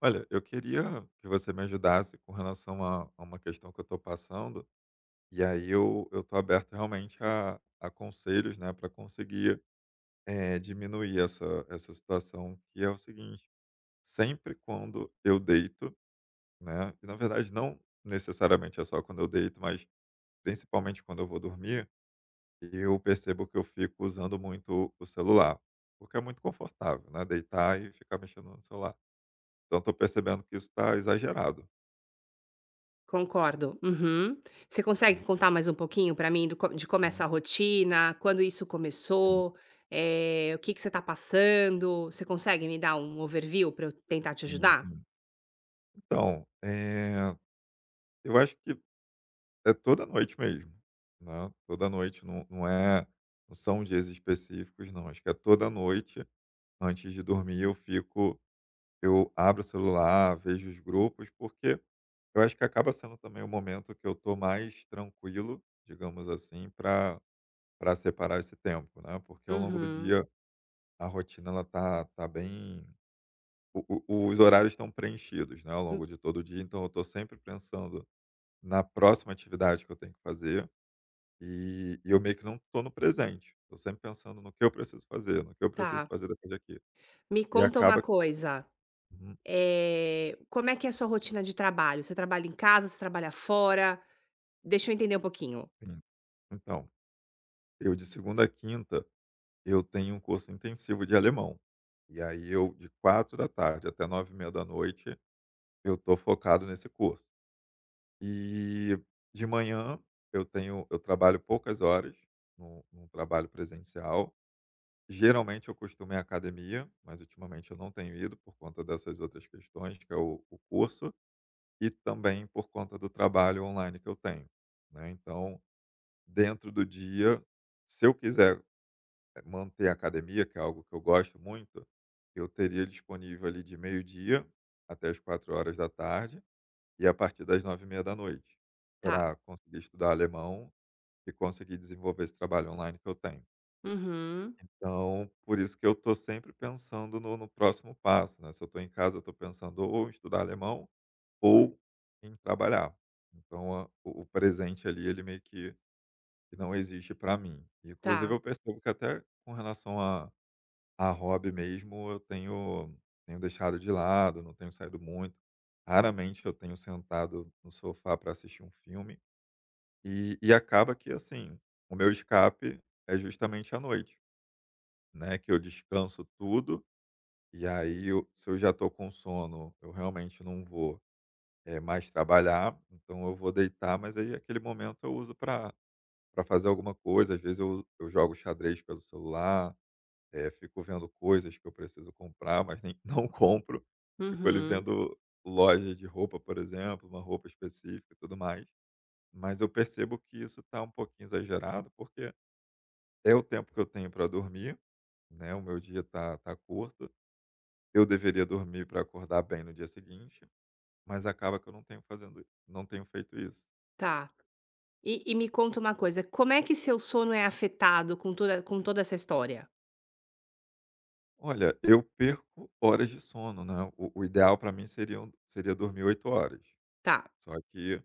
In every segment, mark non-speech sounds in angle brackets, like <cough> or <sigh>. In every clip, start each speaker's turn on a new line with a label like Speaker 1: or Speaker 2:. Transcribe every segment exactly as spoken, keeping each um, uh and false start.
Speaker 1: Olha, eu queria que você me ajudasse com relação a, a uma questão que eu estou passando. E aí eu eu estou aberto realmente a, a conselhos, né, para conseguir eh, diminuir essa, essa situação, que é o seguinte: sempre quando eu deito, né, e na verdade não necessariamente é só quando eu deito, mas principalmente quando eu vou dormir, eu percebo que eu fico usando muito o celular, porque é muito confortável, né, deitar e ficar mexendo no celular. Então estou percebendo que isso está exagerado.
Speaker 2: Concordo. Uhum. Você consegue contar mais um pouquinho para mim do co de como é
Speaker 1: E
Speaker 2: essa rotina, quando isso começou, eh, o que que você está passando? Você consegue me dar um overview para eu tentar te
Speaker 1: sim, sim,
Speaker 2: ajudar?
Speaker 1: sim. Então, eh, eu acho que é toda noite mesmo, né, toda noite, não não é não são dias específicos não, acho que é toda noite, antes de dormir eu fico eu abro o celular, vejo os grupos, porque eu acho que acaba sendo também o momento que eu tô mais tranquilo, digamos assim, para para separar esse tempo, né, porque ao longo do
Speaker 2: Uhum.
Speaker 1: dia a rotina ela tá tá bem. O o os horários estão preenchidos, né, ao
Speaker 2: Hum,
Speaker 1: longo de todo o dia, então eu estou sempre pensando na próxima atividade que eu tenho que fazer, e e eu meio que não estou no presente, estou sempre pensando no que eu preciso fazer, no que eu preciso
Speaker 2: tá.
Speaker 1: fazer depois daqui.
Speaker 2: Me
Speaker 1: E
Speaker 2: conta uma
Speaker 1: acaba
Speaker 2: coisa,
Speaker 1: uhum,
Speaker 2: eh, como é que é a sua rotina de trabalho? Você trabalha em casa, você trabalha fora? Deixa eu entender um pouquinho.
Speaker 1: sim. Então, eu de segunda a quinta, eu tenho um curso intensivo de alemão, e aí eu de quatro da tarde até nove e meia da noite eu estou focado nesse curso. E de manhã eu tenho eu trabalho poucas horas no num trabalho presencial. Geralmente eu costumo ir à academia, mas ultimamente eu não tenho ido por conta dessas outras questões, que é o o curso, e também por conta do trabalho online que eu tenho, né. Então, dentro do dia, se eu quiser eh, manter a academia, que é algo que eu gosto muito, eu teria disponível ali de meio-dia até as quatro horas da tarde. E a partir das nove e meia da noite
Speaker 2: Tá.
Speaker 1: para conseguir estudar alemão e conseguir desenvolver esse trabalho online que eu tenho.
Speaker 2: Uhum.
Speaker 1: Então, por isso que eu estou sempre pensando no no próximo passo, né, se eu estou em casa eu estou pensando ou em estudar alemão ou em trabalhar. Então a o o presente ali ele meio que que não existe para mim. Inclusive
Speaker 2: Tá.
Speaker 1: eu percebo que até com relação a a hobby mesmo eu tenho tenho deixado de lado, não tenho saído muito. Raramente eu tenho sentado no sofá para assistir um filme. E e acaba que, assim, o meu escape é justamente à noite, né, que eu descanso tudo, e aí eu se eu já tô com sono, eu realmente não vou, eh, mais trabalhar, então eu vou deitar, mas aí aquele momento eu uso para para fazer alguma coisa, às vezes eu eu jogo xadrez pelo celular, eh, fico vendo coisas que eu preciso comprar, mas nem <laughs> não compro, fico ali
Speaker 2: Uhum.
Speaker 1: vendo loja de roupa, por exemplo, uma roupa específica e tudo mais, mas eu percebo que isso está um pouquinho exagerado, porque é o tempo que eu tenho para dormir, né, o meu dia tá tá curto. Eu deveria dormir para acordar bem no dia seguinte, mas acaba que eu não tenho fazendo não tenho feito isso.
Speaker 2: Tá. E e me conta uma coisa, como é que seu sono é afetado com toda com toda essa história?
Speaker 1: Olha, eu perco horas de sono, né, o o ideal para mim seria um, seria dormir oito horas,
Speaker 2: Tá.
Speaker 1: só que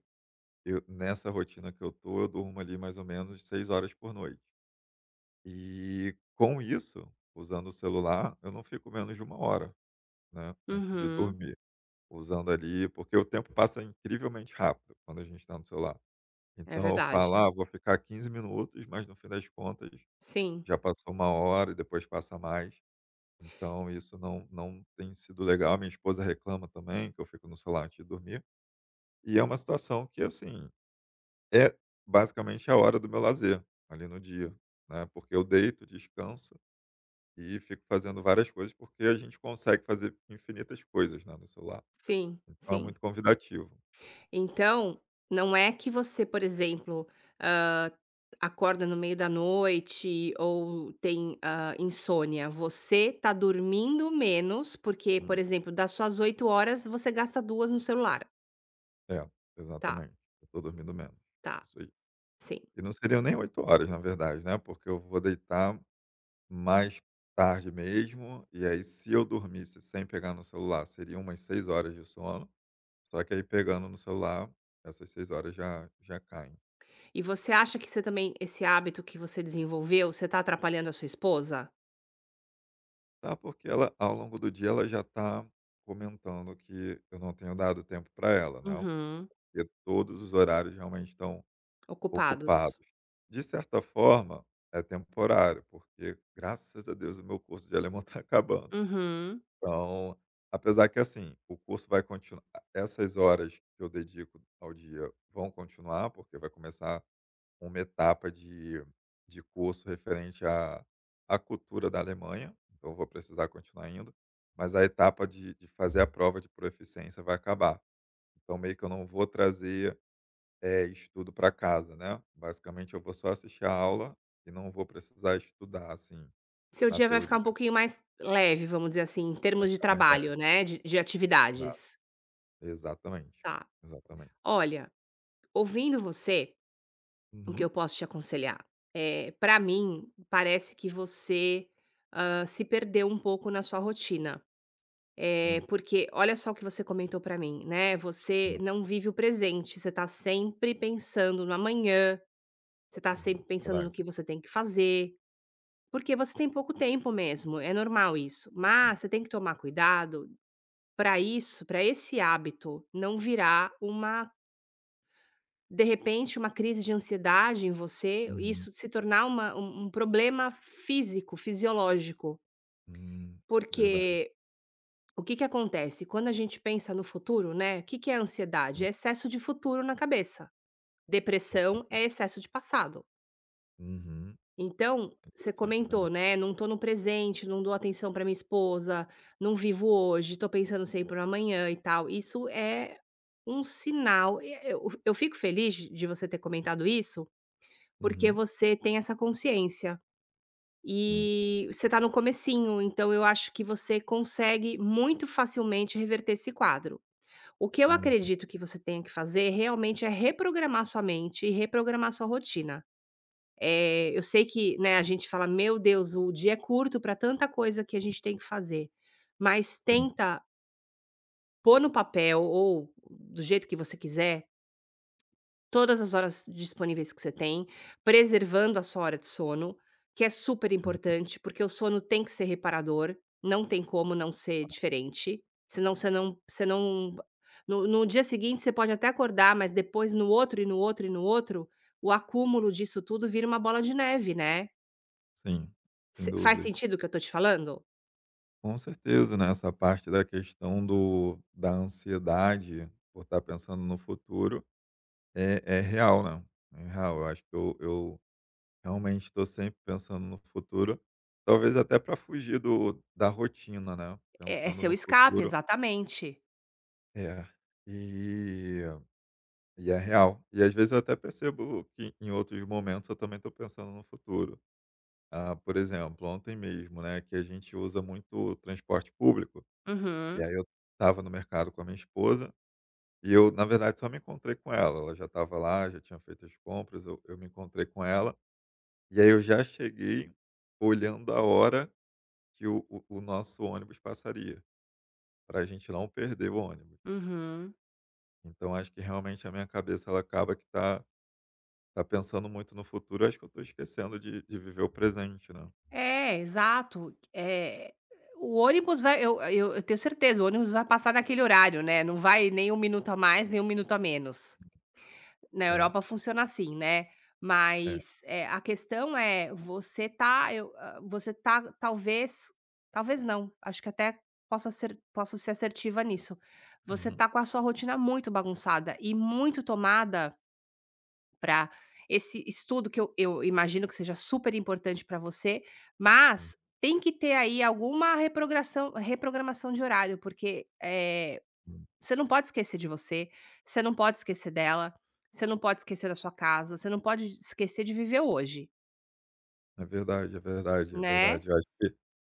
Speaker 1: eu nessa rotina que eu tô, eu durmo ali mais ou menos seis horas por noite. E com isso, usando o celular, eu não fico menos de uma hora, né, antes de
Speaker 2: Uhum.
Speaker 1: dormir. Usando ali porque o tempo passa incrivelmente rápido quando a gente está no celular.
Speaker 2: É
Speaker 1: Então eu falo:
Speaker 2: verdade.
Speaker 1: "Ah, vou ficar quinze minutos", mas no fim das contas
Speaker 2: Sim,
Speaker 1: já passou uma hora e depois passa mais. Então isso não não tem sido legal. Minha esposa reclama também que eu fico no celular antes de dormir. E é uma situação que, assim, é basicamente a hora do meu lazer ali no dia, né, porque eu deito, descanso e fico fazendo várias coisas, porque a gente consegue fazer infinitas coisas, né, no celular.
Speaker 2: sim,
Speaker 1: Então é
Speaker 2: sim.
Speaker 1: muito convidativo.
Speaker 2: Então, não é que você, por exemplo, hã, acorda no meio da noite ou tem, hã, insônia, você tá dormindo menos, porque, por
Speaker 1: Hum.
Speaker 2: exemplo, das suas oito horas, você gasta duas no celular.
Speaker 1: É,
Speaker 2: Tá,
Speaker 1: exatamente. Eu tô dormindo menos.
Speaker 2: tá,
Speaker 1: Isso aí.
Speaker 2: sim.
Speaker 1: E não seriam nem oito horas, na verdade, né, porque eu vou deitar mais tarde mesmo, e aí se eu dormisse sem pegar no celular, seriam umas seis horas de sono, só que aí pegando no celular, essas seis horas já já caem.
Speaker 2: E você acha que você também esse hábito que você desenvolveu, você tá atrapalhando a sua esposa?
Speaker 1: Tá, porque ela ao longo do dia ela já tá comentando que eu não tenho dado tempo para ela, né,
Speaker 2: Uhum.
Speaker 1: porque todos os horários realmente estão
Speaker 2: Ocupados.
Speaker 1: ocupados. De certa forma, é temporário, porque graças a Deus o meu curso de alemão está <laughs> acabando.
Speaker 2: Uhum.
Speaker 1: Então, apesar que assim, o curso vai continuar essas horas que eu dedico ao dia vão continuar, porque vai começar uma etapa de de curso referente à à cultura da Alemanha, então eu vou precisar continuar indo, mas a etapa de de fazer a prova de proficiência vai acabar. Então meio que eu não vou trazer é, estudo para casa, né. Basicamente eu vou só assistir a aula e não vou precisar estudar, assim,
Speaker 2: Seu
Speaker 1: na
Speaker 2: dia vai ficar
Speaker 1: teoria,
Speaker 2: um pouquinho mais leve, vamos dizer assim, em
Speaker 1: vai
Speaker 2: termos de
Speaker 1: ficar mais leve.
Speaker 2: trabalho, né, de de
Speaker 1: Exato,
Speaker 2: atividades.
Speaker 1: exatamente,
Speaker 2: Tá.
Speaker 1: exatamente.
Speaker 2: Olha, ouvindo você, o que
Speaker 1: Uhum,
Speaker 2: eu posso te aconselhar? É, para mim, parece que você, hã, se perdeu um pouco na sua rotina. É
Speaker 1: sim.
Speaker 2: porque olha só o que você comentou pra mim, né, você
Speaker 1: Hum,
Speaker 2: não vive o presente, você tá sempre pensando no amanhã, você tá
Speaker 1: uhum,
Speaker 2: sempre pensando no
Speaker 1: verdade,
Speaker 2: que você tem que fazer. Porque você tem pouco tempo mesmo, é normal isso,
Speaker 1: sim.
Speaker 2: mas você tem que tomar cuidado para isso, para esse hábito não virar uma de repente, uma crise de ansiedade em você,
Speaker 1: Uhum,
Speaker 2: isso se tornar uma um um problema físico, fisiológico.
Speaker 1: hum, verdade,
Speaker 2: Porque o que que acontece? Quando a gente pensa no futuro, né? O que que é ansiedade?
Speaker 1: sim,
Speaker 2: É excesso de futuro na cabeça.
Speaker 1: <laughs> é
Speaker 2: Depressão
Speaker 1: verdade.
Speaker 2: é excesso de passado.
Speaker 1: Uhum,
Speaker 2: Então,
Speaker 1: é
Speaker 2: você
Speaker 1: interessante, é
Speaker 2: comentou,
Speaker 1: verdade.
Speaker 2: né: "Não tô no presente, não dou atenção pra minha esposa, não vivo hoje, tô pensando sempre no amanhã e tal". Isso é um sinal e eu eu fico feliz de de você ter comentado isso, porque
Speaker 1: Uhum,
Speaker 2: você tem essa consciência.
Speaker 1: sim,
Speaker 2: E você tá no comecinho, então eu acho que você consegue muito facilmente reverter esse quadro. O que eu
Speaker 1: uhum,
Speaker 2: acredito que você tenha que fazer realmente é reprogramar sua mente e reprogramar sua rotina. Eh, eu sei que, né, a gente fala: "Meu Deus, o dia é curto para tanta coisa que a gente tem que fazer", mas
Speaker 1: sim,
Speaker 2: tenta pôr no papel ou do jeito que você quiser, todas as horas disponíveis que você tem, preservando a sua hora de sono, que é super
Speaker 1: uhum,
Speaker 2: importante, porque o sono tem que ser reparador, não tem como não ser diferente, senão você não você não no no dia seguinte você pode até acordar, mas depois no outro e no outro e no outro, o acúmulo disso tudo vira uma bola de neve, né?
Speaker 1: sim, sem
Speaker 2: Se faz
Speaker 1: dúvidas.
Speaker 2: sentido o que eu tô te falando?
Speaker 1: Com certeza, né, essa parte da questão do da ansiedade por estar pensando no futuro é é real, né, é real. Eu acho que eu eu realmente estou sempre pensando no futuro, talvez até para fugir do da rotina, né,
Speaker 2: É é
Speaker 1: pensando
Speaker 2: seu
Speaker 1: no
Speaker 2: escape,
Speaker 1: futuro
Speaker 2: exatamente.
Speaker 1: é. E e é real. E às vezes eu até percebo que em outros momentos eu também estou pensando no futuro. Ah, por exemplo, ontem mesmo, né, que a gente usa muito o transporte público, e
Speaker 2: Uhum,
Speaker 1: aí eu estava no mercado com a minha esposa e eu, na verdade, só me encontrei com ela, ela já estava lá, já tinha feito as compras, eu eu me encontrei com ela. E aí eu já cheguei olhando a hora que o o o nosso ônibus passaria, para a gente não perder o ônibus.
Speaker 2: uhum.
Speaker 1: Então acho que realmente a minha cabeça ela acaba que tá tá pensando muito no futuro, acho que eu tô esquecendo de de viver o presente, né.
Speaker 2: É, exato. Eh, o ônibus vai eu eu eu tenho certeza, o ônibus vai passar naquele horário, né, não vai nem um minuto a mais, nem um minuto a menos. Na
Speaker 1: É,
Speaker 2: Europa funciona assim, né,
Speaker 1: é.
Speaker 2: mas, eh, a questão é você tá eu hã, você tá talvez talvez não, acho que até possa ser posso ser assertiva nisso. Você
Speaker 1: Uhum,
Speaker 2: tá com a sua rotina muito bagunçada e muito tomada para esse estudo que eu eu imagino que seja super importante para você,
Speaker 1: uhum.
Speaker 2: mas tem que ter aí alguma reprogração reprogramação de horário, porque, eh,
Speaker 1: Uhum.
Speaker 2: você não pode esquecer de você, você não pode esquecer dela, você não pode esquecer da sua casa, você não pode esquecer de viver o hoje,
Speaker 1: É verdade, é verdade, é
Speaker 2: né.
Speaker 1: verdade. Eu acho que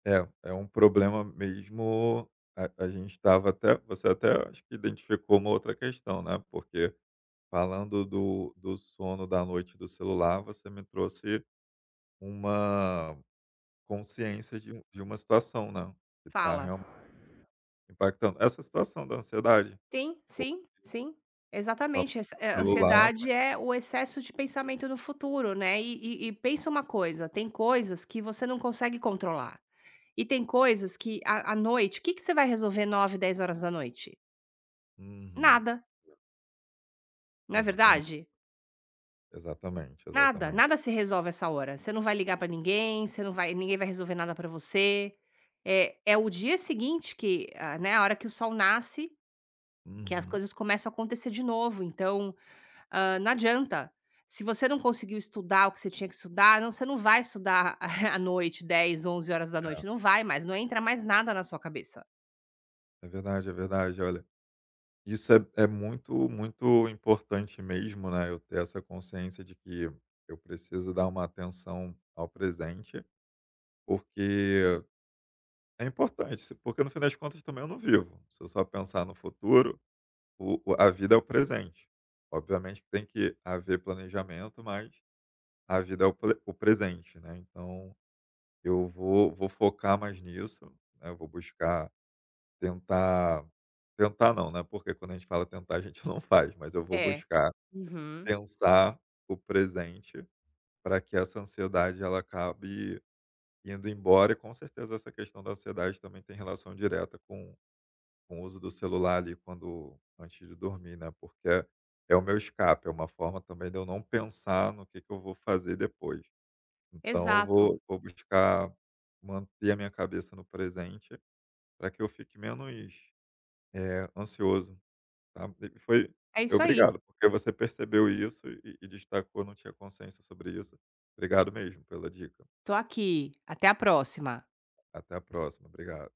Speaker 1: é, é um problema mesmo a a gente estava até você até acho que identificou uma outra questão, né, porque falando do do sono da noite do celular, você me trouxe uma consciência de um de uma situação, né, que está
Speaker 2: Fala.
Speaker 1: realmente impactando. Essa situação da ansiedade,
Speaker 2: Sim,
Speaker 1: por
Speaker 2: sim, sim.
Speaker 1: causa
Speaker 2: Exatamente, essa
Speaker 1: do
Speaker 2: eh,
Speaker 1: celular,
Speaker 2: ansiedade
Speaker 1: mas
Speaker 2: é o excesso de pensamento no futuro, né.
Speaker 1: sim.
Speaker 2: E e e pensa uma coisa, tem coisas que você não consegue controlar. E tem coisas que à à noite o que que você vai resolver nove, dez horas da noite?
Speaker 1: Uhum.
Speaker 2: Nada, não é
Speaker 1: Exatamente,
Speaker 2: verdade?
Speaker 1: exatamente,
Speaker 2: Nada,
Speaker 1: exatamente.
Speaker 2: nada se resolve essa hora. Você não vai ligar pra ninguém, você não vai ninguém vai resolver nada pra você. É é o dia seguinte que, ah, né, a hora que o sol nasce, que as
Speaker 1: Uhum.
Speaker 2: coisas começam a acontecer de novo, então, hã, não adianta. Se você não conseguiu estudar o que você tinha que estudar, não você não vai estudar <laughs> à noite, dez, onze horas da noite. Não vai mais, não entra mais nada na sua cabeça.
Speaker 1: É verdade, é verdade. Olha, isso é é muito, muito importante mesmo, né, eu ter essa consciência de que eu preciso dar uma atenção ao presente, porque é importante, se porque no fim das contas também eu não vivo. Se eu só pensar no futuro. O o a vida é o presente. Obviamente que tem que haver planejamento, mas a vida é o ple o presente, né, então eu vou vou focar mais nisso, né, eu vou buscar tentar tentar não, né, porque quando a gente fala tentar a gente <laughs> não faz, mas eu vou
Speaker 2: É.
Speaker 1: buscar
Speaker 2: Uhum.
Speaker 1: pensar o presente para que essa ansiedade ela acabe indo embora e com certeza essa questão da ansiedade também tem relação direta com com o uso do celular ali quando antes de dormir, né, porque é é o meu escape, é uma forma também de eu não pensar no que que eu vou fazer depois. Então eu
Speaker 2: Exato.
Speaker 1: vou vou buscar manter a minha cabeça no presente para que eu fique menos, eh, ansioso, tá. E foi
Speaker 2: É isso aí.
Speaker 1: obrigado, porque você percebeu isso e e destacou, não tinha consciência sobre isso. Obrigado mesmo pela dica.
Speaker 2: Tô aqui. Até a próxima.
Speaker 1: Até a próxima, obrigado.